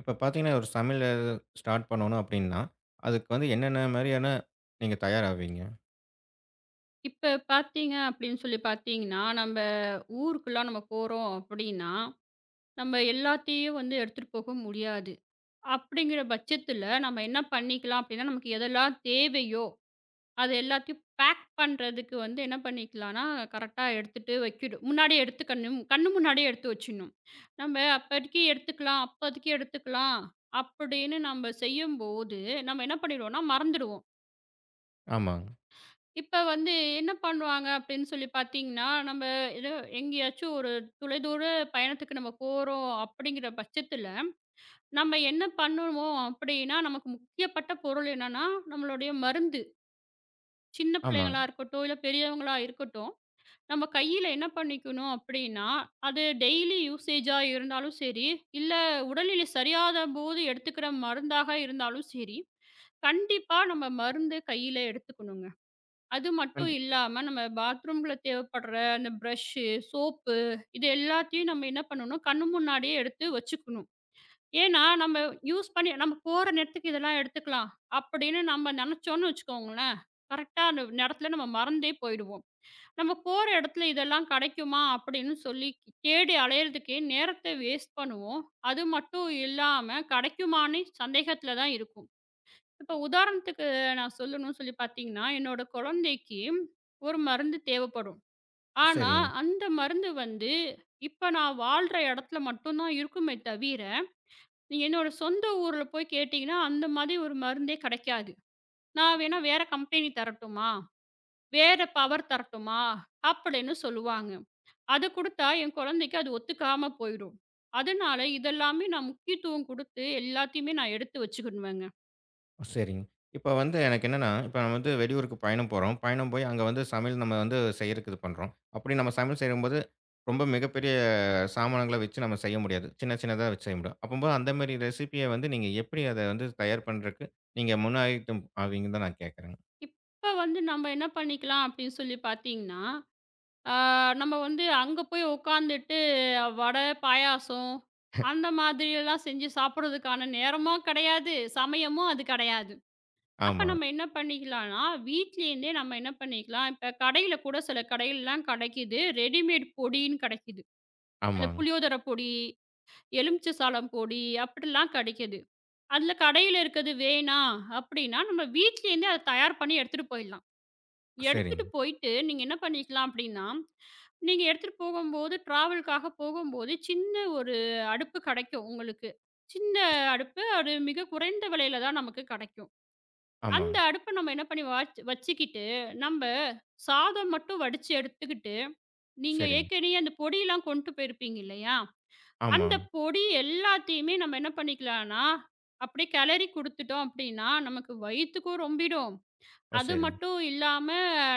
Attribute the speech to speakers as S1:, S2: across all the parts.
S1: இப்ப பார்த்தீங்கன்னா, ஒரு சமையல் ஸ்டார்ட் பண்ணணும் அப்டின்னா, அதுக்கு வந்து என்னென்ன மாரியான நீங்க தயாராவீங்க?
S2: இப்ப பார்த்தீங்க அப்படின்னு சொல்லி பார்த்தீங்கன்னா, நம்ப ஊருக்குலாம் நம்ம போறோம் அப்படின்னா, நம்ம எல்லாத்தையும் வந்து எடுத்துட்டு போக முடியாது. அப்படிங்கிற பட்சத்தில நம்ம என்ன பண்ணிக்கலாம் அப்படின்னா, நமக்கு எதெல்லாம் தேவையோ, அது எல்லாத்தையும் பேக் பண்றதுக்கு வந்து என்ன பண்ணிக்கலாம்னா, கரெக்ட்டா எடுத்துட்டு வைக்கணும். முன்னாடியே எடுத்து கண்ணு கண்ணு முன்னாடியே எடுத்து வச்சுடணும். நம்ம அப்போதைக்கு எடுத்துக்கலாம், அப்போதைக்கு எடுத்துக்கலாம் அப்படின்னு நம்ம செய்யும்போது, நம்ம என்ன பண்ணிடுவோம்னா மறந்துடுவோம்.
S1: ஆமாங்க,
S2: இப்ப வந்து என்ன பண்ணுவாங்க அப்படின்னு சொல்லி பார்த்தீங்கன்னா, நம்ம ஏதோ எங்கேயாச்சும் ஒரு தொலைதூர பயணத்துக்கு நம்ம போறோம் அப்படிங்கிற பட்சத்துல, நம்ம என்ன பண்ணுவோம் அப்படின்னா, நமக்கு முக்கியப்பட்ட பொருள் என்னன்னா, நம்மளுடைய மருந்து. சின்ன
S1: ஆமாங்க.
S2: பிள்ளைங்களா இருக்கட்டும், இல்ல பெரியவங்களா இருக்கட்டும், நம்ம கையில என்ன பண்ணிக்கணும் அப்படின்னா, அது டெய்லி யூசேஜா இருந்தாலும் சரி, இல்ல உடல்நிலை சரியாத போது எடுத்துக்கிற மருந்தாக இருந்தாலும் சரி, கண்டிப்பா நம்ம மருந்து கையில எடுத்துக்கணுங்க. அது மட்டும்
S1: கண்டி
S2: இல்லாம, நம்ம பாத்ரூம்ல தேவைப்படுற அந்த பிரஷ்ஷு, சோப்பு இது எல்லாத்தையும் நம்ம என்ன பண்ணணும், கண்ணு முன்னாடியே எடுத்து வச்சுக்கணும். ஏன்னா, நம்ம யூஸ் பண்ணி நம்ம போற நேரத்துக்கு இதெல்லாம் எடுத்துக்கலாம் அப்படின்னு நம்ம நெனச்சோன்னு வச்சுக்கோங்களேன், கரெக்ட்டா அந்த நேரத்துல நம்ம மறந்தே போயிடுவோம். நம்ம போற இடத்துல இதெல்லாம் கெடைக்குமா அப்படின்னு சொல்லி தேடி அலையறதுக்கே நேரத்த வேஸ்ட் பண்ணுவோம். அது மட்டும் இல்லாம, கெடைக்குமான்னு சந்தேகத்துல தான் இருக்கும். இப்ப உதாரணத்துக்கு நான் சொல்லணும்னு சொல்லி பார்த்தீங்கன்னா, என்னோட குழந்தைக்கு ஒரு மருந்து தேவைப்படும். ஆனா,
S1: சரிங்க,
S2: அந்த மருந்து வந்து இப்ப நான் வாழ்ற இடத்துல மட்டும் தான் இருக்குமே தவிர, நீங்க என்னோட சொந்த ஊர்ல போய் கேட்டீங்கன்னா, அந்த மாதிரி ஒரு மருந்தே கிடைக்காது. நான் வேணா வேற கம்பெனி தரட்டுமா? வேற பவர் தரட்டுமா? அப்படின்னு சொல்லுவாங்க. அது குடுத்தா என் குழந்தைக்கு அது ஒத்துக்காம போயிடும். அதனால இதெல்லாமே நான் முக்கியத்துவம் குடுத்து எல்லாத்தையுமே நான் எடுத்து வச்சுக்கிடுவேங்க.
S1: சரிங்க. இப்ப வந்து எனக்கு என்னன்னா, இப்ப நம்ம வந்து வெளியூருக்கு பயணம் போறோம். பயணம் போய் அங்க வந்து சமையல் நம்ம வந்து செய்யறக்கு இது பண்றோம். அப்படி நம்ம சமையல் செய்யும்போது, ரொம்ப மிகப்பெரிய சாமானங்கள வச்சு நம்ம செய்ய முடியாது. சின்ன சின்னதா வச்சு செய்ய முடியும். அப்பம்போது அந்த மாரி ரெசிபிய வந்து நீங்க எப்படி அத வந்து தயார் பண்றக்கு நீங்க முன்னாடிட்டும் ஆவீங்கன்னு தான் நான் கேட்கறேங்க?
S2: இப்ப வந்து நம்ம என்ன பண்ணிக்கலாம் அப்படின்னு சொல்லி பார்த்தீங்கன்னா, ஆ நம்ம வந்து அங்க போய் உட்காந்துட்டு வடை, பாயாசம் அந்த மாதிரியெல்லாம் செஞ்சு சாப்பிடுறதுக்கான நேரமும் கிடையாது, சமயமும் அது கிடையாது. அப்ப
S1: ஆமா,
S2: நம்ம என்ன பண்ணிக்கலாம்னா, வீட்லேருந்தே நம்ம என்ன பண்ணிக்கலாம், இப்ப கடையில கூட சில கடையிலலாம் கிடைக்குது, ரெடிமேட் பொடின்னு கிடைக்குது. அந்த
S1: ஆமாங்க.
S2: புளியோதரை பொடி, எலுமிச்சை சாலம் பொடி அப்படிலாம் கிடைக்குது. அதில கடையில இருக்கிறது வேணாம் அப்படின்னா, நம்ம வீட்லேருந்தே அத தயார் பண்ணி எடுத்துட்டு போயிடலாம். எடுத்துட்டு
S1: சரிங்க.
S2: போயிட்டு நீங்க என்ன பண்ணிக்கலாம் அப்படின்னா, நீங்க எடுத்துட்டு போகும்போது ட்ராவலுக்காக போகும்போது சின்ன ஒரு அடுப்பு கிடைக்கும் உங்களுக்கு. சின்ன அடுப்பு, அது மிக குறைந்த விலையில தான் நமக்கு கிடைக்கும். அந்த
S1: ஆமாங்க.
S2: அடுப்ப நம்ம என்ன பண்ணி வாச் வச்சுக்கிட்டு, நம்ப சாதம் மட்டும் வடிச்சு எடுத்துக்கிட்டு, நீங்க
S1: சரிங்க.
S2: ஏற்கனவே அந்த பொடியெல்லாம் கொண்டு போயிருப்பீங்க இல்லையா?
S1: ஆமா.
S2: அந்த பொடி எல்லாத்தையுமே நம்ம என்ன பண்ணிக்கலாம்னா, அப்படியே கிளறி குடுத்துட்டோம் அப்படின்னா, நமக்கு வயித்துக்கும் ரொம்பிடும்.
S1: ஓ!
S2: அது
S1: சரிங்க.
S2: மட்டும் இல்லாம,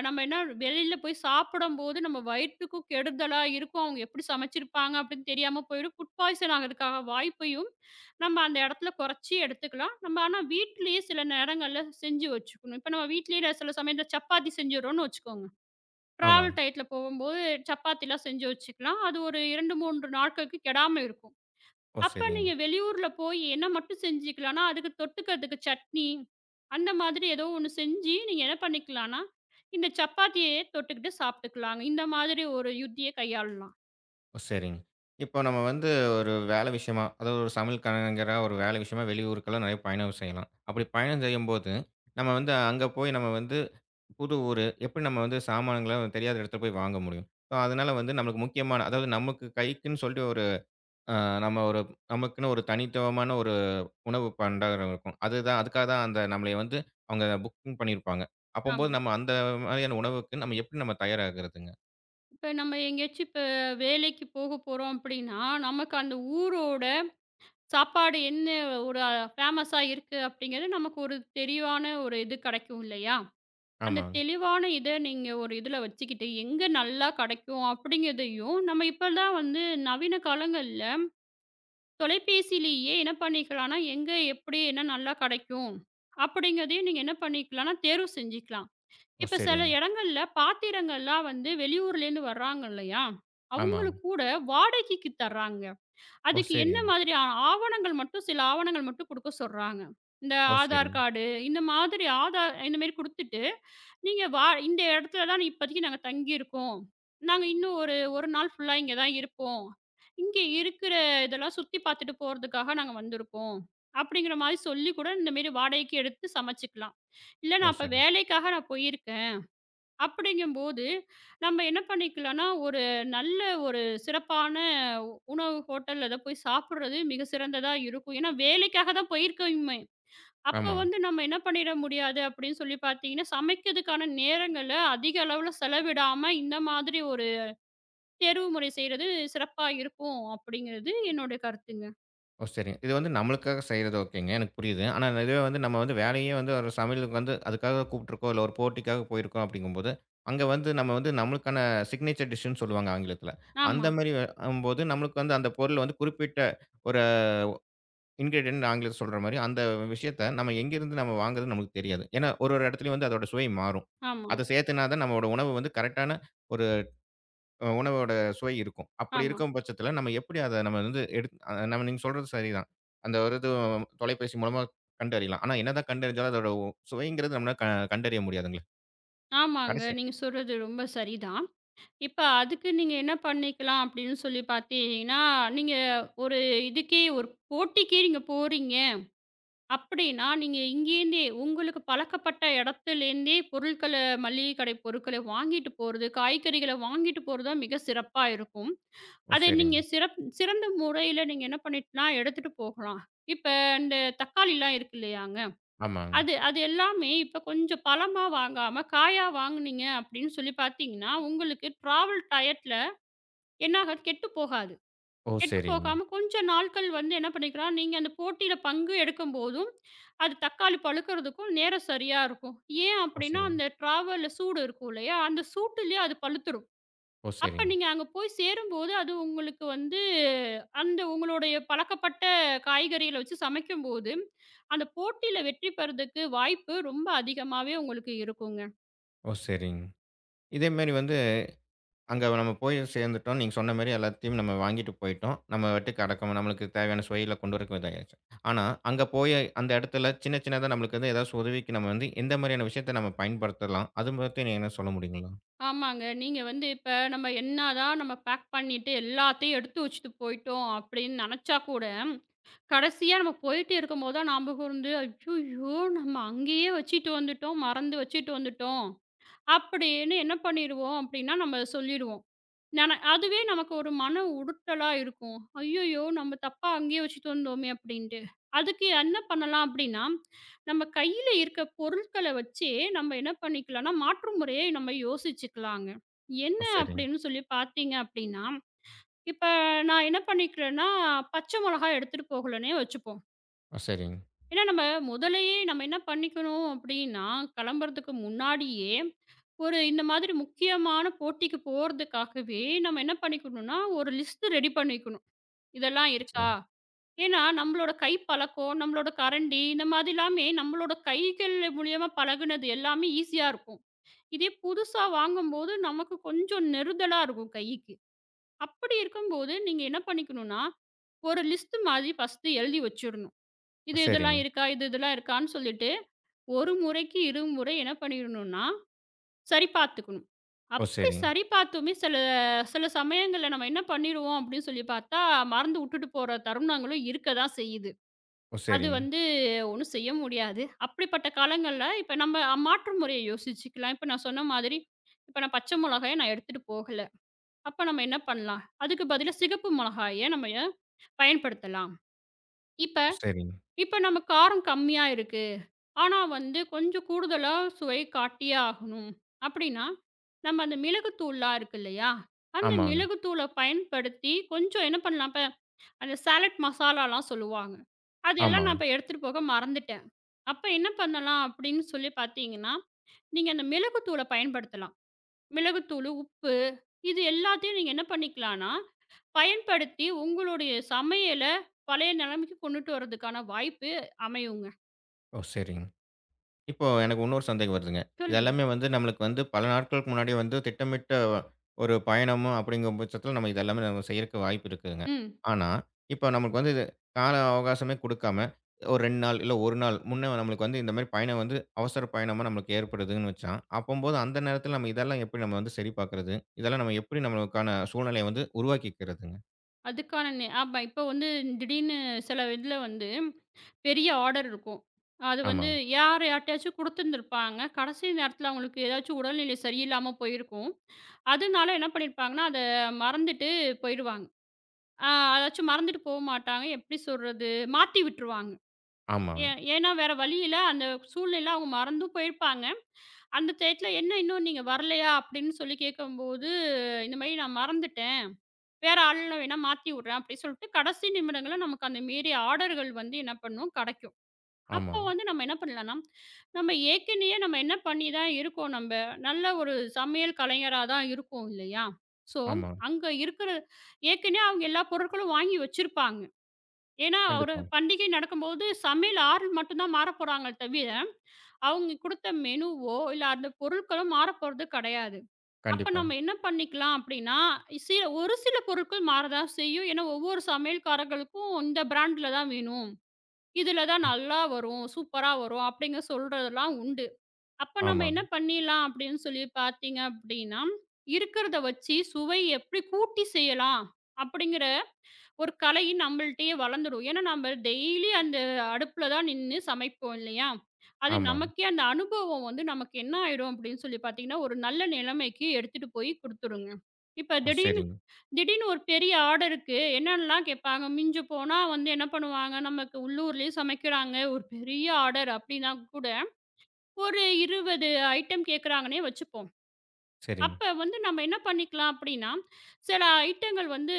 S2: நம்ம என்ன வெளியில போய் சாப்பிடும்போது நம்ம வயித்துக்கும் கெடுதலா இருக்கும். அவங்க எப்படி சமைச்சிருப்பாங்க அப்படின்னு தெரியாம போயிடும். ஃபுட் பாய்சன் ஆகுறதுக்காக வாய்ப்பையும் நம்ம அந்த இடத்துல குறைச்சு எடுத்துக்கலாம். நம்ம ஆனா வீட்டிலேயே சில நேரங்கள்ல செஞ்சு வச்சுக்கணும். இப்ப நம்ம வீட்டிலேயே சில சமயத்துல சப்பாத்தி செஞ்சுடுறோம்னு வச்சுக்கோங்க.
S1: ஆமாங்க.
S2: டிராவல் டயத்துல போகும்போது சப்பாத்திலாம் செஞ்சு வச்சுக்கலாம். அது ஒரு 2, 3 நாட்களுக்கு கெடாம இருக்கும்.
S1: ஓ!
S2: அப்ப
S1: சரிங்க.
S2: நீங்க வெளியூர்ல போய் என்ன மட்டும் செஞ்சுக்கலான்னா, அதுக்கு தொட்டுக்கிறதுக்கு சட்னி, அந்த மாதிரி ஏதோ ஒண்ணு செஞ்சு நீங்க என்ன பண்ணிக்கலான்னா, இந்த சப்பாத்தியே தொட்டுக்கிட்டு சாப்பிட்டுக்கலாங்க. இந்த மாதிரி ஒரு யுத்திய கையாளலாம்.
S1: ஓ! சரிங்க. இப்போ நம்ம வந்து ஒரு வேலை விஷயமா, அதாவது ஒரு சமையல் கலைஞரா ஒரு வேலை விஷயமா வெளியூருக்கெல்லாம் நெறைய பயணம் செய்யலாம். அப்படி பயணம் செய்யும்போது, நம்ம வந்து அங்க போய் நம்ம வந்து புது ஊரு, எப்படி நம்ம வந்து சாமான்கள தெரியாத இடத்துல போய் வாங்க முடியும்? ஸோ அதனால வந்து நம்மளுக்கு முக்கியமான அதாவது நமக்கு கைக்குன்னு சொல்லிட்டு ஒரு அ நம்ம ஒரு நமக்குன்னு ஒரு தனித்துவமான ஒரு உணவு பண்டகம் இருக்கும். அதுதான் அதுக்காக தான் அந்த நம்மளய வந்து அவங்க புக்கிங் பண்ணியிருப்பாங்க.
S2: ஆமா.
S1: அப்பம்போது நம்ம அந்த மாதிரியான உணவுக்கு நம்ம எப்படி நம்ம தயாராகுறதுங்க?
S2: இப்ப நம்ம எங்கேயாச்சும் இப்ப வேலைக்கு போக போறோம் அப்படின்னா, நமக்கு அந்த ஊரோட சாப்பாடு என்ன ஒரு ஃபேமஸா இருக்கு அப்படிங்கிறது நமக்கு ஒரு தெளிவான ஒரு இது கிடைக்கும் இல்லையா? அந்த
S1: ஆமாங்க.
S2: தெளிவான இத நீங்க ஒரு இதுல வச்சுக்கிட்டு, எங்க நல்லா கெடைக்கும் அப்படிங்கிறதையும், நம்ம இப்பலாம் வந்து நவீன காலங்கள்ல தொலைபேசியிலேயே என்ன பண்ணிக்கலாம்னா, எங்க எப்படி என்ன நல்லா கெடைக்கும், அப்படிங்கிறதையும் நீங்க என்ன பண்ணிக்கலாம்னா, தேர்வு செஞ்சுக்கலாம்.
S1: ஓ!
S2: இப்ப சில
S1: சரிங்க.
S2: இடங்கள்ல பாத்திரங்கள்லாம் வந்து வெளியூர்லேருந்து வர்றாங்க இல்லையா?
S1: ஆமாங்க.
S2: அவங்களுக்கு கூட வாடகைக்கு தர்றாங்க.
S1: ஓ!
S2: அதுக்கு என்ன
S1: சரிங்க.
S2: மாதிரியான ஆவணங்கள் மட்டும் சில ஆவணங்கள் மட்டும் குடுக்க சொல்றாங்க. இந்த
S1: ஓ!
S2: ஆதார்
S1: சரிங்க.
S2: கார்டு, இந்த மாதிரி ஆதார் இந்த மாரி குடுத்துட்டு, "நீங்க வா இந்த இடத்துல தான் இப்போதைக்கு நாங்க தங்கியிருக்கோம். நாங்க இன்னும் ஒரு 1 நாள் ஃபுல்லா இங்க தான் இருப்போம். இங்க இருக்கிற இதெல்லாம் சுத்தி பார்த்துட்டு போறதுக்காக நாங்க வந்திருக்கோம்." அப்படிங்கிற மாரி சொல்லி கூட இந்த மாரி வாடகைக்கு எடுத்து சமைச்சுக்கலாம். "இல்ல
S1: ஓ!
S2: நான் அப்ப
S1: சரிங்க.
S2: வேலைக்காக நான் போயிருக்கேன்." அப்படிங்கும்போது, நம்ம என்ன பண்ணிக்கலாம்னா, ஒரு நல்ல ஒரு சிறப்பான உணவு ஹோட்டல்ல இத போய் சாப்பிடுறது மிக சிறந்ததா இருக்கும். ஏன்னா, வேலைக்காக தான் போயிருக்கோமே. அப்ப
S1: ஆமாங்க.
S2: வந்து நம்ம என்ன பண்ணிட முடியாது அப்படின்னு சொல்லி பார்த்தீங்கன்னா, சமைக்கிறதுக்கான நேரங்கள அதிக அளவுல செலவிடாம, இந்த மாதிரி ஒரு தேர்வு முறை செய்றது சிறப்பா இருக்கும் அப்படிங்கிறது என்னோட கருத்துங்க.
S1: ஓ! சரிங்க. இது வந்து நம்மளுக்காக செய்றது ஓகேங்க. எனக்கு புரியுது. ஆனா இதுவே வந்து நம்ம வந்து வேலையே வந்து ஒரு சமையலுக்கு வந்து அதுக்காக கூப்பிட்டுருக்கோம். இல்ல ஒரு போட்டிக்காக போயிருக்கோம் அப்படிங்கும்போது, அங்க வந்து நம்ம வந்து நம்மளுக்கான சிக்னேச்சர் டிஷ்ன்னு சொல்லுவாங்க ஆங்கிலத்தில.
S2: ஆமா,
S1: அந்த மாரி ஆகும்போது நம்மளுக்கு வந்து அந்த பொருள் வந்து குறிப்பிட்ட ஒரு இன்கிரீடியன்ட் ஆங்கிலத்தில சொல்ற மாரி அந்த விஷயத்த நம்ம எங்கேருந்து நம்ம வாங்குறதுன்னு நமக்கு தெரியாது. ஏன்னா ஒரு ஒரு இடத்துலயும் வந்து அதோட சுவை மாறும்.
S2: ஆமா,
S1: அத சேர்த்துனா தான் நம்மளோட உணவு வந்து கரெக்ட்டான உணவோட சுவை இருக்கும். அப்படி
S2: ஆமா.
S1: இருக்கும் பட்சத்தில நம்ம எப்படி அத நம்ம வந்து எடுத் அ நம்ம நீங்க சொல்றது சரிதான். அந்த ஒரு இது தொலைபேசி மூலமா கண்டறியலாம். ஆனா என்னதான் கண்டறிஞ்சாலும் அதோட சுவைங்கிறது நம்மளால கண்டறிய முடியாதுங்களே!
S2: ஆமாங்க.
S1: கடைசி
S2: நீங்க சொல்றது ரொம்ப சரிதான். இப்ப அதுக்கு நீங்க என்ன பண்ணிக்கலாம் அப்படின்னு சொல்லி பார்த்தீங்கன்னா, நீங்க ஒரு இதுக்கே ஒரு போட்டிக்கே நீங்க போறீங்க அப்படின்னா, நீங்க இங்கேருந்தே உங்களுக்கு பழக்கப்பட்ட இடத்துலேருந்தே பொருட்கள மளிகை கடை பொருட்கள வாங்கிட்டு போறது, காய்கறிகள வாங்கிட்டு போறது தான் மிக சிறப்பா இருக்கும்.
S1: ஓ
S2: அத நீங்க
S1: சரிங்க.
S2: சிறந்த முறையில நீங்க என்ன பண்ணிட்டுனா எடுத்துட்டு போகலாம். இப்ப இந்த தக்காளிலாம் இருக்கு இல்லையாங்க,
S1: ஆமாங்க.
S2: அது அது எல்லாமே இப்ப கொஞ்சம் பழமா வாங்காம, காயா வாங்குனீங்க அப்படின்னு சொல்லி பார்த்தீங்கன்னா, உங்களுக்கு ட்ராவல் டயத்துல என்னாகாது கெட்டு போகாது.
S1: ஓ
S2: கெட்டு
S1: சரிங்க.
S2: போகாம கொஞ்ச நாட்கள் வந்து என்ன பண்ணிக்கலாம், நீங்க அந்த போட்டியில பங்கு எடுக்கும்போதும், அது தக்காளி பழுக்கறதுக்கும் நேரம் சரியா இருக்கும். ஏன்
S1: ஓ
S2: அப்படின்னா,
S1: சரிங்க.
S2: அந்த ட்ராவல்ல சூடு இருக்கும் இல்லையா? அந்த சூட்டுலயே அது பழுத்துரும்.
S1: ஓ
S2: அப்ப
S1: சரிங்க.
S2: நீங்க அங்க போய் சேரும்போது, அது உங்களுக்கு வந்து அந்த உங்களுடைய பழக்கப்பட்ட காய்கறிகள வச்சு சமைக்கும்போது, அந்த போட்டியில வெற்றி பெறதுக்கு வாய்ப்பு ரொம்ப அதிகமாவே உங்களுக்கு இருக்குங்க.
S1: ஓ சரிங்க. இதே மாரி வந்து அங்க நம்ம போய் சேர்ந்துட்டோம். நீங்க சொன்ன மாரி எல்லாத்தையும் நம்ம வாங்கிட்டு போயிட்டோம். நம்ம பாட்டுக்கு அடக்கமா நம்மளுக்கு தேவையான சுவையில கொண்டு வரக்கு இதாயாச்சு. ஆனா, அங்க போய் அந்த இடத்துல சின்ன சின்னதா நம்மளுக்கு வந்து ஏதாச்சு உதவிக்கு நம்ம வந்து எந்த மாரியான விஷயத்த நம்ம பயன்படுத்தலாம்? அது பத்தி நீங்க என்ன சொல்ல முடியுங்களா?
S2: ஆமாங்க. நீங்க வந்து இப்ப நம்ம என்னதான் பேக் பண்ணிட்டு எல்லாத்தையும் எடுத்து வச்சுட்டு போயிட்டோம் அப்படின்னு நெனச்சா கூட, கடைசியா நம்ம போயிட்டு இருக்கும்போது தான் ஞாபகம் வந்து, "ஐய்யய்யோ! நம்ம அங்கேயே வச்சுட்டு வந்துட்டோம். மறந்து வச்சுட்டு வந்துட்டோம்." அப்படின்னு என்ன பண்ணிருவோம் அப்படின்னா, நம்ம சொல்லிடுவோம். அதுவே நமக்கு ஒரு மன உறுத்தலா இருக்கும். ஐய்யய்யோ! நம்ம தப்பா அங்கேயே வச்சுட்டு வந்தோமே அப்படின்ட்டு. அதுக்கு என்ன பண்ணலாம் அப்படின்னா, நம்ம கையில இருக்க பொருட்கள வச்சே நம்ம என்ன பண்ணிக்கலாம்னா, மாற்று முறையை நம்ம யோசிச்சுக்கலாங்க. என்ன
S1: ஓ! சரிங்க.
S2: அப்படின்னு சொல்லி பார்த்தீங்க அப்படின்னா, இப்ப நான் என்ன பண்ணிக்கிறேன்னா, பச்சை மொளகா எடுத்துட்டு போகலன்னே வச்சுப்போம்.
S1: ஓ! சரிங்க.
S2: ஏன்னா நம்ம முதல்லயே நம்ம என்ன பண்ணிக்கணும் அப்படின்னா, கிளம்புறதுக்கு முன்னாடியே, ஒரு இந்த மாதிரி முக்கியமான போட்டிக்கு போறதுக்காகவே நம்ம என்ன பண்ணிக்கணும்னா, ஒரு லிஸ்ட் ரெடி பண்ணிக்கணும். இதெல்லாம்
S1: ஓ!
S2: இருக்கா?
S1: சரிங்க.
S2: ஏன்னா நம்மளோட கை பழக்கம், நம்மளோட கரண்டி இந்த மாதிரி எல்லாமே நம்மளோட கைகள் மூலியமா பழகுனது எல்லாமே ஈஸியா இருக்கும். இதே புதுசா வாங்கும்போது நமக்கு கொஞ்சம் நெருடலா இருக்கும் கைக்கு. அப்படி இருக்கும்போது நீங்க என்ன பண்ணிக்கணும்னா, ஒரு லிஸ்ட் மாதிரி ஃபர்ஸ்ட்டு எழுதி வச்சுடணும்.
S1: ஓ!
S2: இது இதெல்லாம்
S1: சரிங்க.
S2: இருக்கா? இது இதெல்லாம் இருக்கான்னு சொல்லிட்டு ஒரு முறைக்கு இருமுறை என்ன பண்ணிடணும்னா, சரி பார்த்துக்கணும்.
S1: ஓ!
S2: அப்படி
S1: சரிங்க.
S2: சரி பார்த்துமே சில சில சமயங்கள்ல நம்ம என்ன பண்ணிருவோம் அப்படின்னு சொல்லி பார்த்தா, மறந்து விட்டுட்டு போற தருணங்களும் இருக்க தான் செய்யுது.
S1: ஓ!
S2: அது
S1: சரிங்க. ஓ! சரிங்க.
S2: வந்து ஒண்ணும் செய்ய முடியாது. அப்படிப்பட்ட காலங்கள்ல இப்ப நம்ம மாற்று முறைய யோசிச்சுக்கலாம். இப்ப நான் சொன்ன மாதிரி, இப்ப நான் பச்சை மிளகாய நான் எடுத்துட்டு போகல. அப்ப நம்ம என்ன பண்ணலாம்? அதுக்கு பதிலா சிகப்பு மிளகாய நம்ம பயன்படுத்தலாம். இப்ப
S1: ஓ! சரிங்க.
S2: இப்ப நம்ம காரம் கம்மியா இருக்கு. ஆனா வந்து கொஞ்சம் கூடுதலா சுவை காட்டியே ஆகணும் அப்படின்னா, நம்ம அந்த மிளகுத்தூள்லாம் இருக்கு இல்லையா? அந்த
S1: ஆமாங்க.
S2: மிளகுத்தூள பயன்படுத்தி கொஞ்சம் என்ன பண்ணலாம், இப்ப அந்த சாலட் மசாலாலாம் சொல்லுவாங்க. அதெல்லாம்
S1: ஆமாங்க.
S2: நான் இப்ப எடுத்துட்டு போக மறந்துட்டேன். அப்ப என்ன பண்ணலாம் அப்படின்னு சொல்லி பார்த்தீங்கன்னா, நீங்க அந்த மிளகுத்தூள பயன்படுத்தலாம். மிளகுத்தூளு, உப்பு இது எல்லாத்தையும் நீங்க என்ன பண்ணிக்கலாம்னா, பயன்படுத்தி உங்களுடைய சமையல பழைய நிலைமைக்கு கொண்டுட்டு வர்றதுக்கான வாய்ப்பு அமையுங்க.
S1: ஓ! சரிங்க. இப்போ எனக்கு இன்னொரு சந்தேகம் வருதுங்க. இது
S2: சொல்லுங்க.
S1: எல்லாமே வந்து நம்மளுக்கு வந்து பல நாட்களுக்கு முன்னாடியே வந்து திட்டமிட்ட ஒரு பயணமும் அப்படிங்கும் பட்சத்தில நம்ம இது எல்லாமே நம்ம செய்யறக்கு வாய்ப்பு இருக்குதுங்க.
S2: ம்.
S1: ஆனா, இப்போ நமக்கு வந்து இது கால அவகாசமே குடுக்காம, ஒரு 2 நாள் இல்ல 1 நாள் முன்ன நம்மளுக்கு வந்து இந்த மாரி பயணம் வந்து அவசர பயணமா நம்மளுக்கு ஏற்படுதுன்னு வச்சா, அப்பம்போது அந்த நேரத்தில நம்ம இதெல்லாம் எப்படி நம்ம வந்து சரி பார்க்கிறது? இதெல்லாம் நம்ம எப்படி நம்மளுக்கான சூழ்நிலைய வந்து உருவாக்கிக்கிறதுங்க?
S2: அதுக்கான நே ஆமா. இப்போ வந்து திடீர்னு சில இதில வந்து பெரிய ஆர்டர் இருக்கும். அது வந்து
S1: ஆமாங்க,
S2: யார் யார்ட்டயாச்சும் குடுத்துருந்துருப்பாங்க. கடைசி நேரத்தில அவங்களுக்கு ஏதாச்சும் உடல்நிலை சரியில்லாம போயிருக்கும். அதனால என்ன பண்ணியிருப்பாங்கன்னா, அத மறந்துட்டு போயிடுவாங்க. அ அதாச்சும் மறந்துட்டு போ மாட்டாங்க. எப்படி சொல்றது? மாத்தி விட்டுருவாங்க. ஏ
S1: ஆமாங்க,
S2: ஏன்னா வேற வழி இல்ல. அந்த சூழ்நிலையில அவங்க மறந்தும் போயிருப்பாங்க. அந்த டயத்தில என்ன இன்னும் நீங்க வரலையா? அப்படின்னு சொல்லி கேட்கும்போது, இந்த மாரி நான் மறந்துட்டேன். வேற ஆள்ல வேணா மாத்தி விடுறேன் அப்படின்னு சொல்லிட்டு கடைசி நிமிடங்கள்ல நமக்கு அந்த மீறிய ஆர்டர்கள் வந்து என்ன பண்ணும் கிடைக்கும். அப்போ
S1: ஆமாங்க,
S2: வந்து நம்ம என்ன பண்ணலாம்னா, நம்ம ஏற்கனவே நம்ம என்ன பண்ணி தான் இருக்கோம் நம்ப. நல்ல ஒரு சமையல் கலைஞரா தான் இருக்கோம் இல்லையா? ஸோ,
S1: ஆமாங்க.
S2: அங்க இருக்கிற ஏற்கனவே அவங்க எல்லா பொருட்களும் வாங்கி வச்சிருப்பாங்க. ஏன்னா ஒரு
S1: கண்டிப்பாங்க,
S2: பண்டிகை நடக்கும்போது சமையல் ஆள் மட்டும் தான் மாறப்போறாங்களே தவிர, அவங்க குடுத்த மெனுவோ, இல்ல அந்த பொருட்களோ மாறப்போறது கிடையாது. அப்ப நம்ம
S1: கண்டிப்பாங்க.
S2: என்ன பண்ணிக்கலாம் அப்படின்னா, சில ஒரு சில பொருட்கள் மாறதான் செய்யும். ஏன்னா, ஒவ்வொரு சமையல்காரர்களுக்கும் இந்த பிராண்ட்ல தான் வேணும். இதுல தான் நல்லா வரும். சூப்பரா வரும். அப்படிங்க சொல்றதெல்லாம் உண்டு. அப்ப நம்ம என்ன
S1: ஆமாங்க,
S2: பண்ணிடலாம் அப்படின்னு சொல்லி பார்த்தீங்க அப்படின்னா, இருக்கிறத வச்சு சுவை எப்படி கூட்டி செய்யலாம் அப்படிங்கிற ஒரு கலையும் நம்மள்ட்டயே வளர்ந்துடும். ஏன்னா நம்ம டெய்லி அந்த அடுப்புல தான் நின்னு சமைப்போம் இல்லையா? அது
S1: ஆமாங்க.
S2: நமக்கே அந்த அனுபவம் வந்து நமக்கு என்ன ஆயிடும் அப்படின்னு சொல்லி பார்த்தீங்கன்னா, ஒரு நல்ல நிலைமைக்கு எடுத்துட்டு போய் குடுத்துருங்க. இப்ப
S1: ஓ!
S2: திடீர்னு
S1: சரிங்க,
S2: திடீர்னு ஒரு பெரிய ஆர்டருக்கு என்னன்னலாம் கேட்பாங்க. மிஞ்சு போனா வந்து என்ன பண்ணுவாங்க, நமக்கு உள்ளூர்லயே சமைக்கிறாங்க. ஒரு பெரிய ஆர்டர் அப்படின்னா கூட ஒரு 20 ஐட்டம் கேட்கறாங்கன்னே வச்சுப்போம்.
S1: சரிங்க.
S2: அப்ப வந்து நம்ம என்ன பண்ணிக்கலாம் அப்படின்னா, சில ஐட்டங்கள் வந்து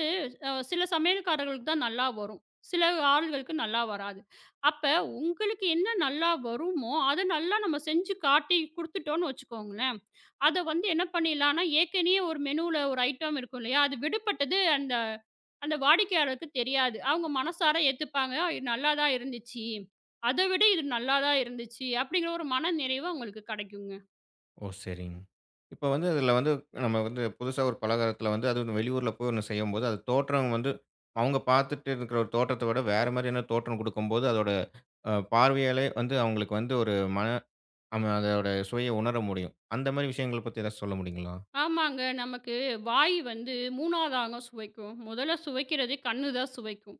S2: சில சமையல்காரர்களுக்கு தான் நல்லா வரும். சில ஆள்களுக்கு நல்லா வராது. அப்ப உங்களுக்கு என்ன நல்லா வருமோ, அத நல்லா நம்ம செஞ்சு காட்டி குடுத்துட்டோம்னு வச்சுக்கோங்களேன், அத வந்து என்ன பண்ணிடலாம்னா, ஏற்கனவே ஒரு மெனுல ஒரு ஐட்டம் இருக்கும் இல்லையா? அது விடுபட்டது அந்த அந்த வாடிக்கையாளருக்கு தெரியாது. அவங்க மனசார ஏத்துப்பாங்க. இது நல்லா தான் இருந்துச்சு. அத விட இது நல்லா தான் இருந்துச்சு. அப்படிங்கிற ஒரு மன நிறைவு அவங்களுக்கு கிடைக்குங்க.
S1: ஓ! சரிங்க. இப்ப வந்து அதில வந்து நம்ம வந்து புதுசா ஒரு பலகாரத்தில வந்து அதுவும் வெளியூர்ல போய் ஒண்ணு செய்யும்போது, அது தோற்றம் வந்து அவங்க பார்த்துட்டு இருக்கிற ஒரு தோற்றத்த விட வேற மாரியான தோற்றம் குடுக்கும்போது, அதோட பார்வையாலே வந்து அவங்களுக்கு வந்து ஒரு மன அதோட சுவைய உணர முடியும். அந்த மாரி விஷயங்கள பத்தி ஏதாச்சும் சொல்ல முடியுங்களா?
S2: ஆமாங்க. நமக்கு வாய் வந்து 3 வதாங்க சுவைக்கும். முதல்ல சுவைக்கிறதே கண்ணு தான் சுவைக்கும்.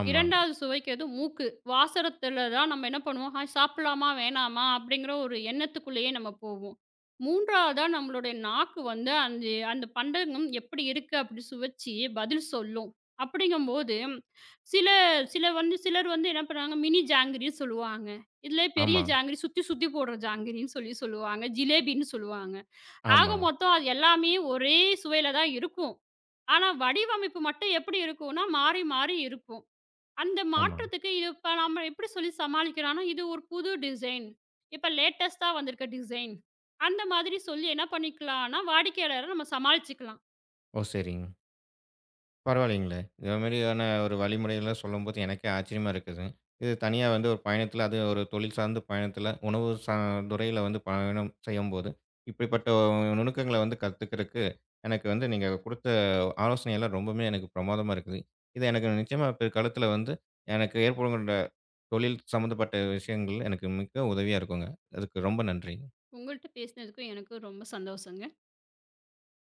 S1: ஆமாங்க.
S2: 2வது சுவைக்கிறது மூக்கு. வாசரத்தில தான் நம்ம என்ன பண்ணுவோம், "ஆ சாப்பிடலாமா? வேணாமா?" அப்படிங்கிற ஒரு எண்ணத்துக்குள்ளேயே நம்ம போவோம். 3வதா நம்மளுடைய நாக்கு வந்து அந்த அந்த பண்டகம் எப்படி இருக்கு அப்படி சுவைச்சு பதில் சொல்லும். அப்படிங்கும்போது சில சில வந்து சிலர் வந்து என்ன பண்ணுவாங்க, மினி ஜாங்கிரின்னு சொல்லுவாங்க. இதுல பெரிய
S1: ஆமா. ஆமா.
S2: ஜாங்கிரி சுத்தி சுத்தி போடுற ஜாங்கிரின்னு சொல்லி சொல்லுவாங்க. ஜிலேபின்னு சொல்லுவாங்க. ஆக
S1: ஆமா.
S2: மொத்தம் அது எல்லாமே ஒரே சுவையில தான் இருக்கும். ஆனா வடிவமைப்பு மட்டும் எப்படி இருக்கும்னா, மாறி மாறி இருக்கும். அந்த
S1: ஆமா.
S2: மாற்றத்துக்கு இது இப்ப நம்ம எப்படி சொல்லி சமாளிக்கிறோம்னா, இது ஒரு புது டிசைன். இப்ப லேட்டஸ்ட்டா வந்திருக்க டிசைன். அந்த மாதிரி சொல்லி என்ன பண்ணிக்கலாம்னா, வாடிக்கையாளர நம்ம சமாளிச்சுக்கலாம்.
S1: ஓ! சரிங்க. பரவாயில்லைங்களே! இந்த மாதிரியான ஒரு வழிமுறைகள்லாம் சொல்லும்போது எனக்கே ஆச்சரியமா இருக்குது. இது தனியா வந்து ஒரு பயணத்தில, அது ஒரு தொழில் சார்ந்த பயணத்தில, உணவு துறையில வந்து பயணம் செய்யும்போது, இப்படிப்பட்ட நுணுக்கங்கள வந்து கத்துக்கிறதுக்கு, எனக்கு வந்து நீங்க குடுத்த ஆலோசனையெல்லாம் ரொம்பவுமே எனக்கு பிரமாதமா இருக்குது. இது எனக்கு நிச்சயமா பிற்காலத்தில வந்து, எனக்கு ஏற்படுகின்ற தொழில் சம்மந்தப்பட்ட விஷயங்கள் எனக்கு மிக்க உதவியா இருக்குங்க. அதுக்கு ரொம்ப நன்றி.
S2: உங்கள்ட்ட பேசினதுக்கு எனக்கு ரொம்ப சந்தோஷங்க.